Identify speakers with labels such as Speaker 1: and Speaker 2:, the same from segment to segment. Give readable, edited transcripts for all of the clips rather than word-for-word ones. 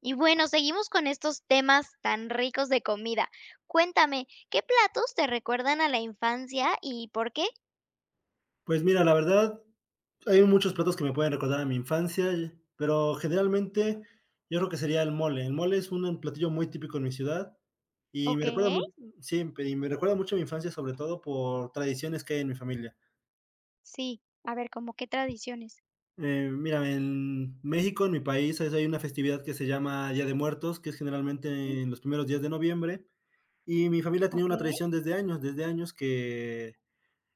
Speaker 1: Y bueno, seguimos con estos temas tan ricos de comida. Cuéntame, ¿qué platos te recuerdan a la infancia y por qué?
Speaker 2: Pues mira, la verdad, hay muchos platos que me pueden recordar a mi infancia, pero generalmente yo creo que sería el mole. El mole es un platillo muy típico en mi ciudad y
Speaker 1: Ok,
Speaker 2: me recuerda mucho, siempre, y me recuerda mucho a mi infancia, sobre todo por tradiciones que hay en mi familia.
Speaker 1: sí. A ver, como qué tradiciones.
Speaker 2: Mira, en México, en mi país, hay una festividad que se llama Día de Muertos, que es
Speaker 1: Mm.
Speaker 2: generalmente en los primeros días de noviembre, y mi familia tenía
Speaker 1: Ok.
Speaker 2: una tradición desde años que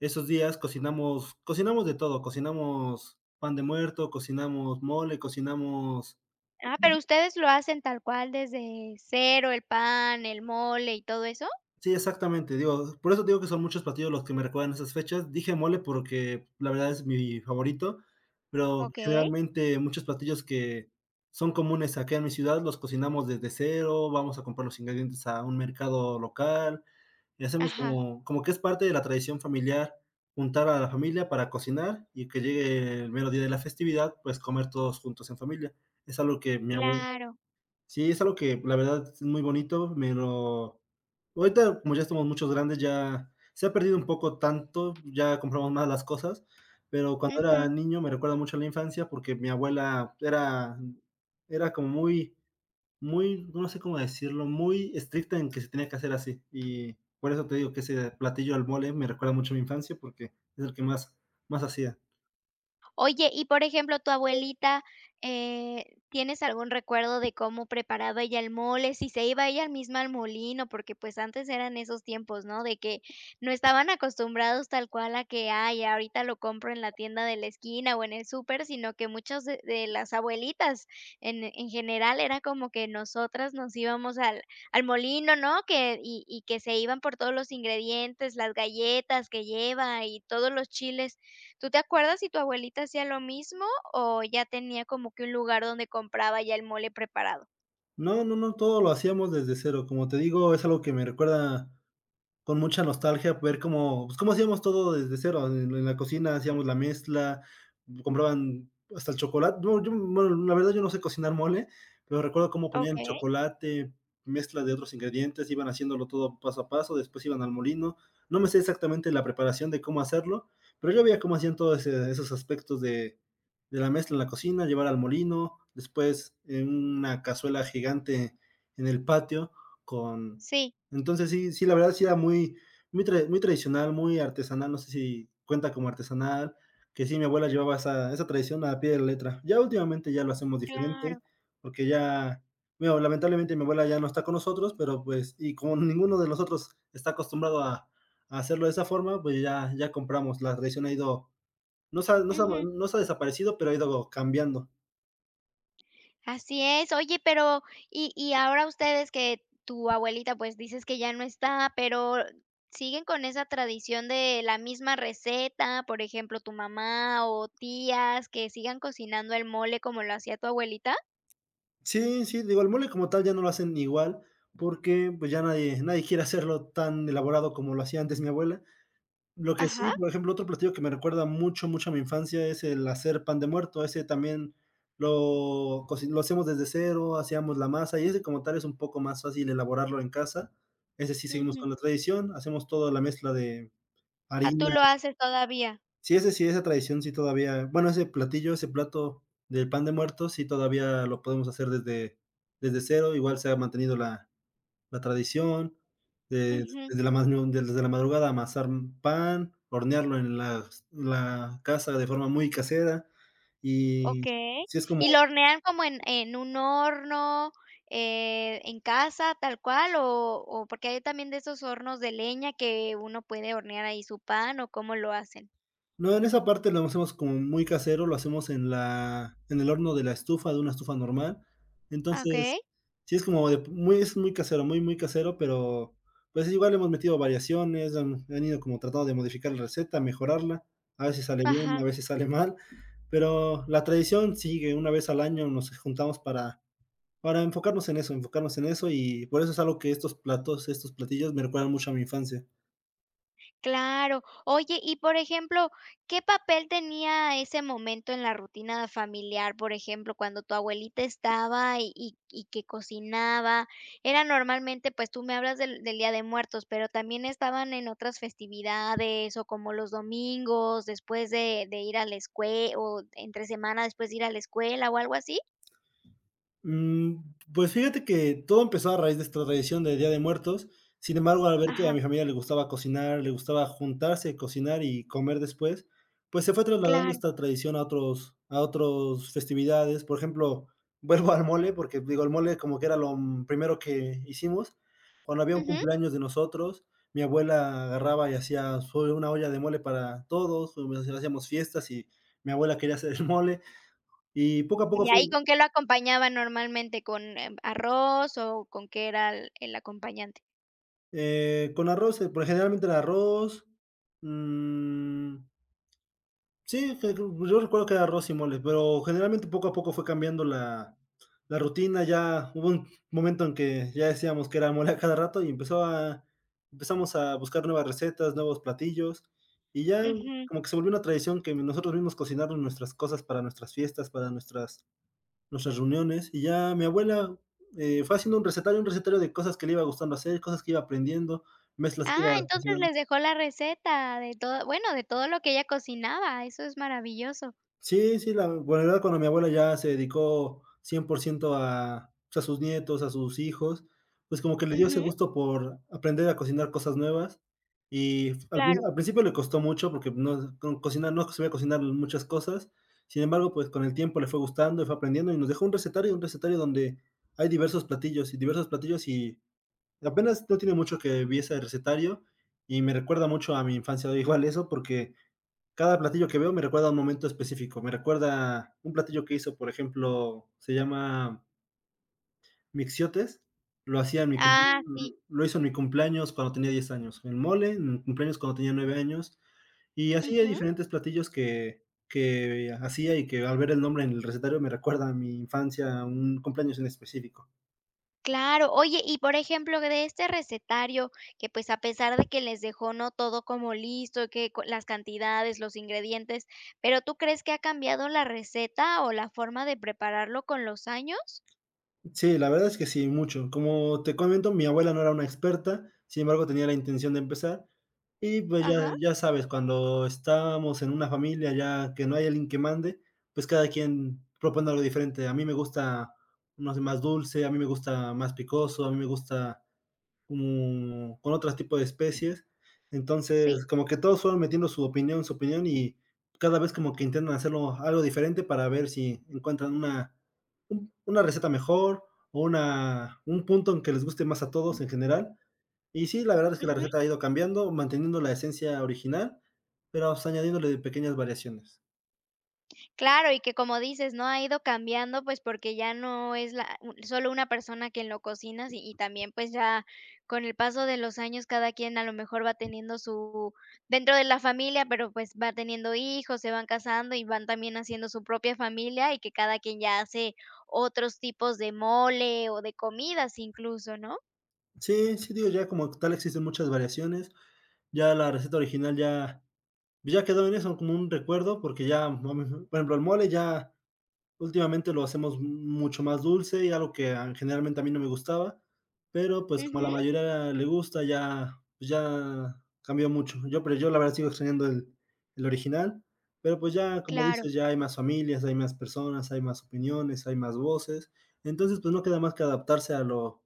Speaker 2: esos días cocinamos, cocinamos de todo, cocinamos pan de muerto, cocinamos mole, cocinamos...
Speaker 1: Ah, pero ustedes lo hacen tal cual desde cero, el pan, el mole y todo eso.
Speaker 2: Sí, exactamente, digo, por eso digo que son muchos platillos los que me recuerdan esas fechas. Dije mole porque la verdad es mi favorito, pero
Speaker 1: Ok.
Speaker 2: generalmente muchos platillos que son comunes aquí en mi ciudad los cocinamos desde cero, vamos a comprar los ingredientes a un mercado local, y hacemos
Speaker 1: Ajá,
Speaker 2: como, como que es parte de la tradición familiar juntar a la familia para cocinar y que llegue el mero día de la festividad, pues comer todos juntos en familia. Es algo que mi abuelo
Speaker 1: claro.
Speaker 2: sí, es algo que la verdad es muy bonito, pero ahorita como ya estamos muchos grandes, ya se ha perdido un poco tanto, ya compramos más las cosas, pero cuando era
Speaker 1: Ujú.
Speaker 2: niño me recuerda mucho a la infancia porque mi abuela era era como muy muy, no sé cómo decirlo, muy estricta en que se tenía que hacer así. Y por eso te digo que ese platillo al mole me recuerda mucho a mi infancia porque es el que más, más hacía.
Speaker 1: Oye, y por ejemplo, tu abuelita, ¿tienes algún recuerdo de cómo preparaba ella el mole? Si se iba ella misma al molino, porque pues antes eran esos tiempos, ¿no? De que no estaban acostumbrados tal cual a que, ay, ahorita lo compro en la tienda de la esquina o en el súper, sino que muchas de, las abuelitas en, general era como que nosotras nos íbamos al, molino, ¿no? Que, y, que se iban por todos los ingredientes, las galletas que lleva y todos los chiles. ¿Tú te acuerdas si tu abuelita hacía lo mismo o ya tenía como que un lugar donde compraba ya el mole preparado?
Speaker 2: No, no, no, todo lo hacíamos desde cero. Como te digo, es algo que me recuerda con mucha nostalgia ver cómo, pues, cómo hacíamos todo desde cero. En la cocina hacíamos la mezcla, compraban hasta el chocolate. No, yo, bueno, la verdad yo no sé cocinar mole, pero recuerdo cómo ponían
Speaker 1: Okey,
Speaker 2: chocolate, mezcla de otros ingredientes, iban haciéndolo todo paso a paso, después iban al molino. No me sé exactamente la preparación de cómo hacerlo, pero yo veía cómo hacían todos esos aspectos de la mezcla en la cocina, llevar al molino, después en una cazuela gigante en el patio con
Speaker 1: sí,
Speaker 2: entonces sí, sí, la verdad sí era muy, muy, muy tradicional, muy artesanal, no sé si cuenta como artesanal, que sí, mi abuela llevaba esa, esa tradición a pie de la letra. Ya últimamente ya lo hacemos diferente,
Speaker 1: claro.
Speaker 2: porque ya, bueno, lamentablemente mi abuela ya no está con nosotros, pero pues, y como ninguno de nosotros está acostumbrado a hacerlo de esa forma, pues ya, ya compramos, la tradición ha ido, no se ha- no se ha-
Speaker 1: Ujú,
Speaker 2: no se ha desaparecido, pero ha ido cambiando.
Speaker 1: así es. Oye, pero y ahora ustedes que tu abuelita, pues, dices que ya no está, pero, ¿siguen con esa tradición de la misma receta? Por ejemplo, tu mamá o tías que sigan cocinando el mole como lo hacía tu abuelita.
Speaker 2: Sí, sí, digo, el mole como tal ya no lo hacen igual, porque, pues, ya nadie quiere hacerlo tan elaborado como lo hacía antes mi abuela. Lo que
Speaker 1: Ajá,
Speaker 2: sí, por ejemplo, otro platillo que me recuerda mucho, mucho a mi infancia es el hacer pan de muerto. Ese también lo hacemos desde cero, hacíamos la masa, y ese como tal es un poco más fácil elaborarlo en casa. Ese sí seguimos
Speaker 1: ujú.
Speaker 2: con la tradición, hacemos toda la mezcla de
Speaker 1: Ah, ¿tú
Speaker 2: harina.
Speaker 1: lo haces todavía?
Speaker 2: Sí, ese sí, esa tradición sí todavía, bueno, ese platillo, ese plato del pan de muerto, sí todavía lo podemos hacer desde, desde cero, igual se ha mantenido la, la tradición,
Speaker 1: Ujú.
Speaker 2: desde la, desde la madrugada amasar pan, hornearlo en la, la casa de forma muy casera y
Speaker 1: Okey,
Speaker 2: sí es
Speaker 1: ¿y
Speaker 2: como
Speaker 1: lo hornean como en un horno, en casa tal cual, o porque hay también de esos hornos de leña que uno puede hornear ahí su pan o cómo lo hacen?
Speaker 2: no, en esa parte lo hacemos como muy casero, lo hacemos en la en el horno de la estufa, de una estufa normal.
Speaker 1: Ah,
Speaker 2: Entonces,
Speaker 1: okey,
Speaker 2: sí es como de muy es muy casero, muy, muy casero, pero, pues, igual hemos metido variaciones, han ido como tratando de modificar la receta, mejorarla. A veces sale bien,
Speaker 1: ajá.
Speaker 2: a veces sale mal, pero la tradición sigue. Una vez al año nos juntamos para enfocarnos en eso, y por eso es algo que estos platos, estos platillos me recuerdan mucho a mi infancia.
Speaker 1: Claro. Oye, y por ejemplo, ¿qué papel tenía ese momento en la rutina familiar? Por ejemplo, cuando tu abuelita estaba y que cocinaba, era normalmente, pues tú me hablas del, Día de Muertos, pero también estaban en otras festividades o como los domingos, después de, ir a la escuela, o entre semana después de ir a la escuela o algo así.
Speaker 2: Mm, pues fíjate que todo empezó a raíz de esta tradición de Día de Muertos. Sin embargo, al ver que a
Speaker 1: Ajá,
Speaker 2: mi familia le gustaba cocinar, le gustaba juntarse, cocinar y comer después, pues se fue trasladando
Speaker 1: claro.
Speaker 2: esta tradición a otros festividades. Por ejemplo, vuelvo al mole, porque digo, el mole como que era lo primero que hicimos. Cuando había un
Speaker 1: Ujú.
Speaker 2: cumpleaños de nosotros, mi abuela agarraba y hacía su una olla de mole para todos, hacíamos fiestas y mi abuela quería hacer el mole, y poco a poco fue...
Speaker 1: Ya, ¿y con qué lo acompañaban normalmente? ¿Con arroz o con qué era el, acompañante?
Speaker 2: Con arroz, por generalmente el arroz. mm, sí, yo recuerdo que era arroz y mole, pero generalmente poco a poco fue cambiando la, la rutina. Ya hubo un momento en que ya decíamos que era mole a cada rato y empezó a, empezamos a buscar nuevas recetas, nuevos platillos. Y ya
Speaker 1: Ujú.
Speaker 2: como que se volvió una tradición que nosotros mismos cocinarnos nuestras cosas para nuestras fiestas, para nuestras nuestras reuniones y ya mi abuela fue haciendo un recetario de cosas que le iba gustando hacer, cosas que iba aprendiendo, mezclas que iba
Speaker 1: Ah, entonces
Speaker 2: cocinando.
Speaker 1: les dejó la receta de todo, bueno, de todo lo que ella cocinaba, eso es maravilloso.
Speaker 2: Sí, sí, la verdad cuando mi abuela ya se dedicó 100% a, pues, a sus nietos, a sus hijos, pues como que le dio ese
Speaker 1: Ujú,
Speaker 2: gusto por aprender a cocinar cosas nuevas y al,
Speaker 1: claro.
Speaker 2: al principio le costó mucho porque no, cocinar, no sabía cocinar muchas cosas, sin embargo, pues con el tiempo le fue gustando y fue aprendiendo y nos dejó un recetario donde hay diversos platillos y apenas no tiene mucho que vi ese recetario y me recuerda mucho a mi infancia, igual eso, porque cada platillo que veo me recuerda a un momento específico. Me recuerda un platillo que hizo, por ejemplo, se llama mixiotes. Lo hacía en mi cum-
Speaker 1: Ah, sí.
Speaker 2: lo hizo en mi cumpleaños cuando tenía 10 años, el mole, en mi cumpleaños cuando tenía 9 años, y así hay
Speaker 1: Ujú,
Speaker 2: diferentes platillos que hacía y que al ver el nombre en el recetario me recuerda a mi infancia, a un cumpleaños en específico.
Speaker 1: claro. Oye, y por ejemplo, de este recetario que, pues, a pesar de que les dejó, ¿no?, todo como listo, que co las cantidades, los ingredientes, pero, ¿tú crees que ha cambiado la receta o la forma de prepararlo con los años?
Speaker 2: Sí, la verdad es que sí, mucho. Como te comento, mi abuela no era una experta, sin embargo, tenía la intención de empezar. Y pues ya
Speaker 1: Ajá,
Speaker 2: ya sabes, cuando estamos en una familia ya que no hay alguien que mande, pues cada quien propone algo diferente. A mí me gusta, no sé, más dulce, a mí me gusta más picoso, a mí me gusta como con otros tipos de especies.
Speaker 1: sí.
Speaker 2: Entonces, como que todos fueron metiendo su opinión y cada vez como que intentan hacerlo algo diferente para ver si encuentran una, una receta mejor o una, un punto en que les guste más a todos en general. Y sí, la verdad es que la receta ha ido cambiando, manteniendo la esencia original, pero pues, añadiéndole pequeñas variaciones.
Speaker 1: Claro, y que como dices, ¿no? Ha ido cambiando, pues, porque ya no es la u solo una persona quien lo cocina y también, pues, ya con el paso de los años, cada quien a lo mejor va teniendo su dentro de la familia, pero, pues, va teniendo hijos, se van casando y van también haciendo su propia familia, y que cada quien ya hace otros tipos de mole o de comidas incluso, ¿no?
Speaker 2: Sí, sí, digo, ya como tal existen muchas variaciones, ya la receta original ya, ya quedó en eso como un recuerdo, porque ya, por ejemplo, el mole ya últimamente lo hacemos mucho más dulce y algo que a generalmente a mí no me gustaba, pero, pues, como a la
Speaker 1: Ujú,
Speaker 2: mayoría le gusta, ya pues, ya cambió mucho. Yo, pero yo la verdad sigo extrañando el original, pero, pues, ya, como
Speaker 1: claro.
Speaker 2: dices, ya hay más familias, hay más personas, hay más opiniones, hay más voces. Entonces, pues, no queda más que adaptarse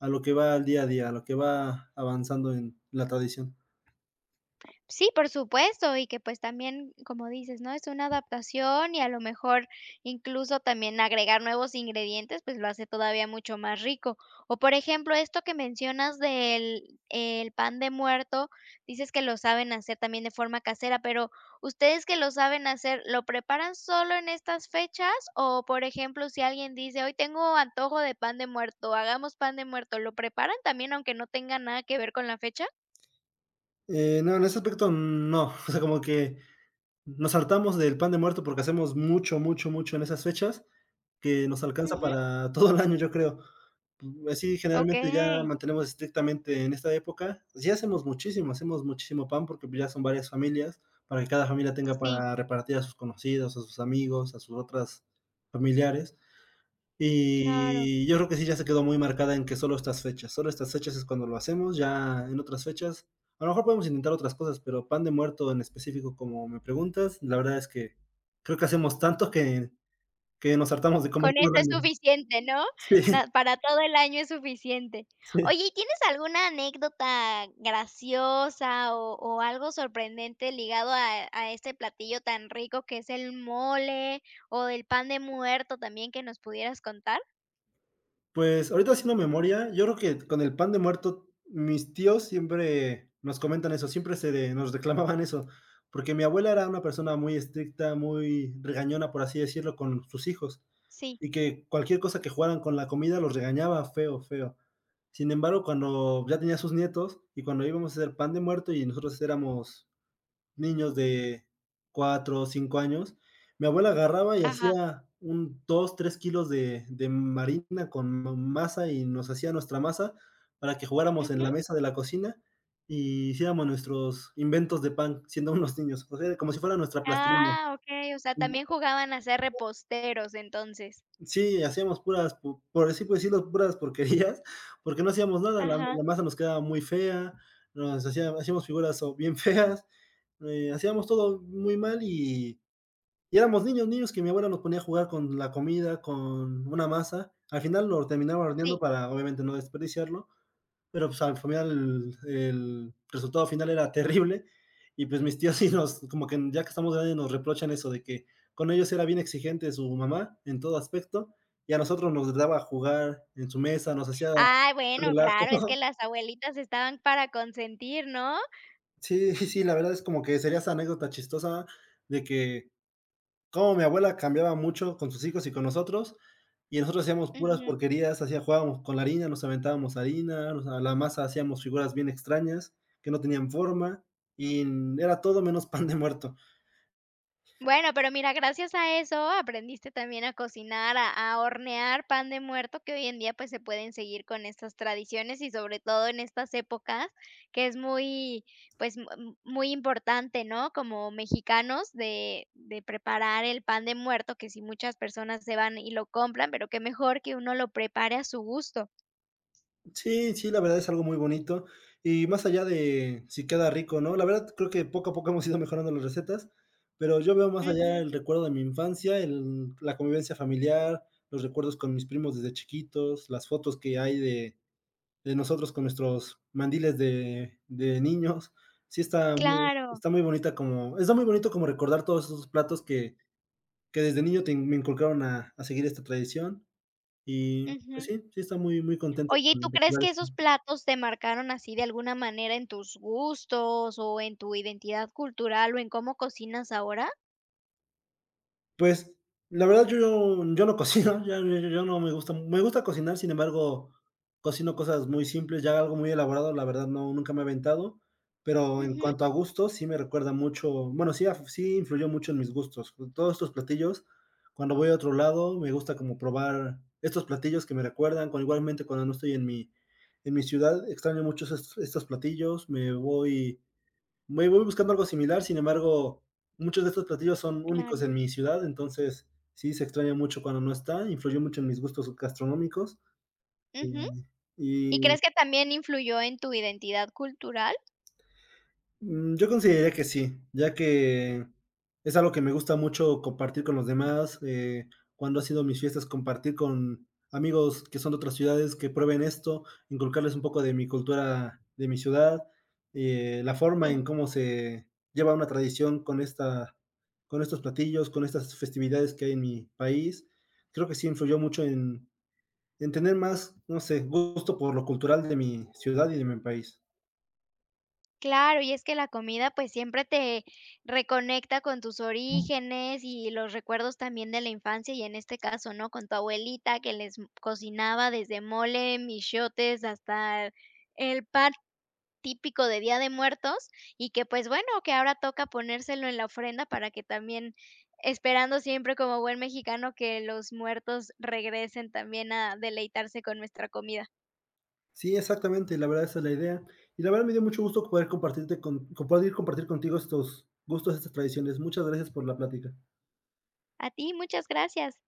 Speaker 2: a lo que va al día a día, a lo que va avanzando en la tradición.
Speaker 1: Sí, por supuesto, y que pues también, como dices, ¿no? Es una adaptación y a lo mejor incluso también agregar nuevos ingredientes, pues lo hace todavía mucho más rico. O por ejemplo, esto que mencionas del el pan de muerto, dices que lo saben hacer también de forma casera, pero ustedes que lo saben hacer, ¿lo preparan solo en estas fechas? O por ejemplo, si alguien dice, hoy tengo antojo de pan de muerto, hagamos pan de muerto, ¿lo preparan también aunque no tenga nada que ver con la fecha?
Speaker 2: No, en ese aspecto no, o sea, como que nos saltamos del pan de muerto porque hacemos mucho, mucho, mucho en esas fechas, que nos alcanza
Speaker 1: Ujú,
Speaker 2: para todo el año, yo creo. Pues, así
Speaker 1: ok,
Speaker 2: generalmente ya mantenemos estrictamente en esta época. Sí hacemos muchísimo pan porque ya son varias familias, para que cada familia tenga
Speaker 1: sí.
Speaker 2: para repartir a sus conocidos, a sus amigos, a sus otras familiares.
Speaker 1: Claro,
Speaker 2: Y yo creo que sí, ya se quedó muy marcada en que solo estas fechas es cuando lo hacemos, ya en otras fechas, a lo mejor podemos intentar otras cosas, pero pan de muerto en específico, como me preguntas, la verdad es que creo que hacemos tanto que nos hartamos de comer
Speaker 1: con eso
Speaker 2: todo el
Speaker 1: es
Speaker 2: año.
Speaker 1: suficiente, ¿no?
Speaker 2: Sí,
Speaker 1: Na para todo el año es suficiente.
Speaker 2: sí.
Speaker 1: Oye, ¿y tienes alguna anécdota graciosa o algo sorprendente ligado a este platillo tan rico que es el mole o del pan de muerto también que nos pudieras contar?
Speaker 2: Pues ahorita haciendo memoria, yo creo que con el pan de muerto, mis tíos siempre nos comentan eso, siempre nos reclamaban eso, porque mi abuela era una persona muy estricta, muy regañona, por así decirlo, con sus hijos.
Speaker 1: Sí,
Speaker 2: Y que cualquier cosa que jugaran con la comida los regañaba feo, feo. Sin embargo, cuando ya tenía sus nietos y cuando íbamos a hacer pan de muerto y nosotros éramos niños de 4 o 5 años, mi abuela agarraba y
Speaker 1: ajá,
Speaker 2: hacía un 2 3 kilos de marina con masa y nos hacía nuestra masa para que jugáramos en
Speaker 1: ujú.
Speaker 2: la mesa de la cocina y hiciéramos nuestros inventos de pan siendo unos niños, o sea, como si fuera nuestra plastilina.
Speaker 1: Ah, okey, o sea, también jugaban a ser reposteros entonces.
Speaker 2: Sí, hacíamos puras, po por así por decirlo, puras porquerías, porque no hacíamos nada, la
Speaker 1: Ajá,
Speaker 2: la masa nos quedaba muy fea, nos hacía hacíamos figuras o bien feas, hacíamos todo muy mal y éramos niños, niños que mi abuela nos ponía a jugar con la comida, con una masa. Al final lo terminaba horneando
Speaker 1: sí.
Speaker 2: para, obviamente, no desperdiciarlo, pero pues al final el resultado final era terrible, y pues mis tíos sí nos, como que ya que estamos grandes, nos reprochan eso de que con ellos era bien exigente su mamá en todo aspecto y a nosotros nos daba a jugar en su mesa, nos hacía
Speaker 1: Ay, bueno, claro, es que
Speaker 2: relajo.
Speaker 1: las abuelitas estaban para consentir, ¿no?
Speaker 2: Sí, sí, la verdad es como que sería esa anécdota chistosa de que como mi abuela cambiaba mucho con sus hijos y con nosotros, y nosotros hacíamos puras
Speaker 1: Ujú.
Speaker 2: porquerías, hacía jugábamos con la harina, nos aventábamos harina, nos a la masa hacíamos figuras bien extrañas que no tenían forma, y era todo menos pan de muerto.
Speaker 1: Bueno, pero mira, gracias a eso aprendiste también a cocinar, a, hornear pan de muerto, que hoy en día pues se pueden seguir con estas tradiciones y sobre todo en estas épocas, que es muy, pues muy importante, ¿no? Como mexicanos de, preparar el pan de muerto, que si muchas personas se van y lo compran, pero qué mejor que uno lo prepare a su gusto.
Speaker 2: Sí, sí, la verdad es algo muy bonito, y más allá de si queda rico o no, la verdad creo que poco a poco hemos ido mejorando las recetas, pero yo veo más allá
Speaker 1: Ujú,
Speaker 2: el recuerdo de mi infancia, el la convivencia familiar, los recuerdos con mis primos desde chiquitos, las fotos que hay de nosotros con nuestros mandiles de niños.
Speaker 1: claro.
Speaker 2: Está muy bonito como recordar todos esos platos que desde niño me inculcaron a seguir esta tradición. Y pues
Speaker 1: Ujú.
Speaker 2: sí, sí está muy, muy contento
Speaker 1: Oye, ¿y
Speaker 2: con
Speaker 1: tú crees
Speaker 2: recordar.
Speaker 1: que esos platos te marcaron así de alguna manera en tus gustos o en tu identidad cultural o en cómo cocinas ahora?
Speaker 2: Pues, la verdad yo no cocino. Yo no me gusta cocinar. Sin embargo, cocino cosas muy simples, ya algo muy elaborado, la verdad no, nunca me he aventado, pero en
Speaker 1: Ujú.
Speaker 2: cuanto a gustos, sí me recuerda mucho. Bueno, sí influyó mucho en mis gustos. Todos estos platillos, cuando voy a otro lado, me gusta como probar estos platillos que me recuerdan, cuando igualmente cuando no estoy en mi ciudad, extraño mucho esos estos platillos, me voy buscando algo similar. Sin embargo, muchos de estos platillos son
Speaker 1: Claro.
Speaker 2: únicos en mi ciudad, entonces sí se extraña mucho cuando no está, influyó mucho en mis gustos gastronómicos. eh,
Speaker 1: Ujú. ¿Y
Speaker 2: y
Speaker 1: crees que también influyó en tu identidad cultural?
Speaker 2: Yo consideraría que sí, ya que es algo que me gusta mucho compartir con los demás. Cuando ha sido mis fiestas, compartir con amigos que son de otras ciudades que prueben esto, inculcarles un poco de mi cultura, de mi ciudad, la forma en
Speaker 1: Sí.
Speaker 2: cómo se lleva una tradición con con estos platillos, con estas festividades que hay en mi país. Creo que sí influyó mucho en tener más, no sé, gusto por lo cultural de mi ciudad y de mi país.
Speaker 1: Claro, y es que la comida, pues, siempre te reconecta con tus orígenes y los recuerdos también de la infancia, y en este caso, ¿no? Con tu abuelita que les cocinaba desde mole, michotes hasta el pan típico de Día de Muertos y que, pues, bueno, que ahora toca ponérselo en la ofrenda para que también, esperando siempre como buen mexicano que los muertos regresen también a deleitarse con nuestra comida.
Speaker 2: Sí, exactamente, la verdad esa es la idea. Y la verdad me dio mucho gusto poder compartir contigo estos gustos, estas tradiciones. Muchas gracias por la plática.
Speaker 1: A ti, muchas gracias.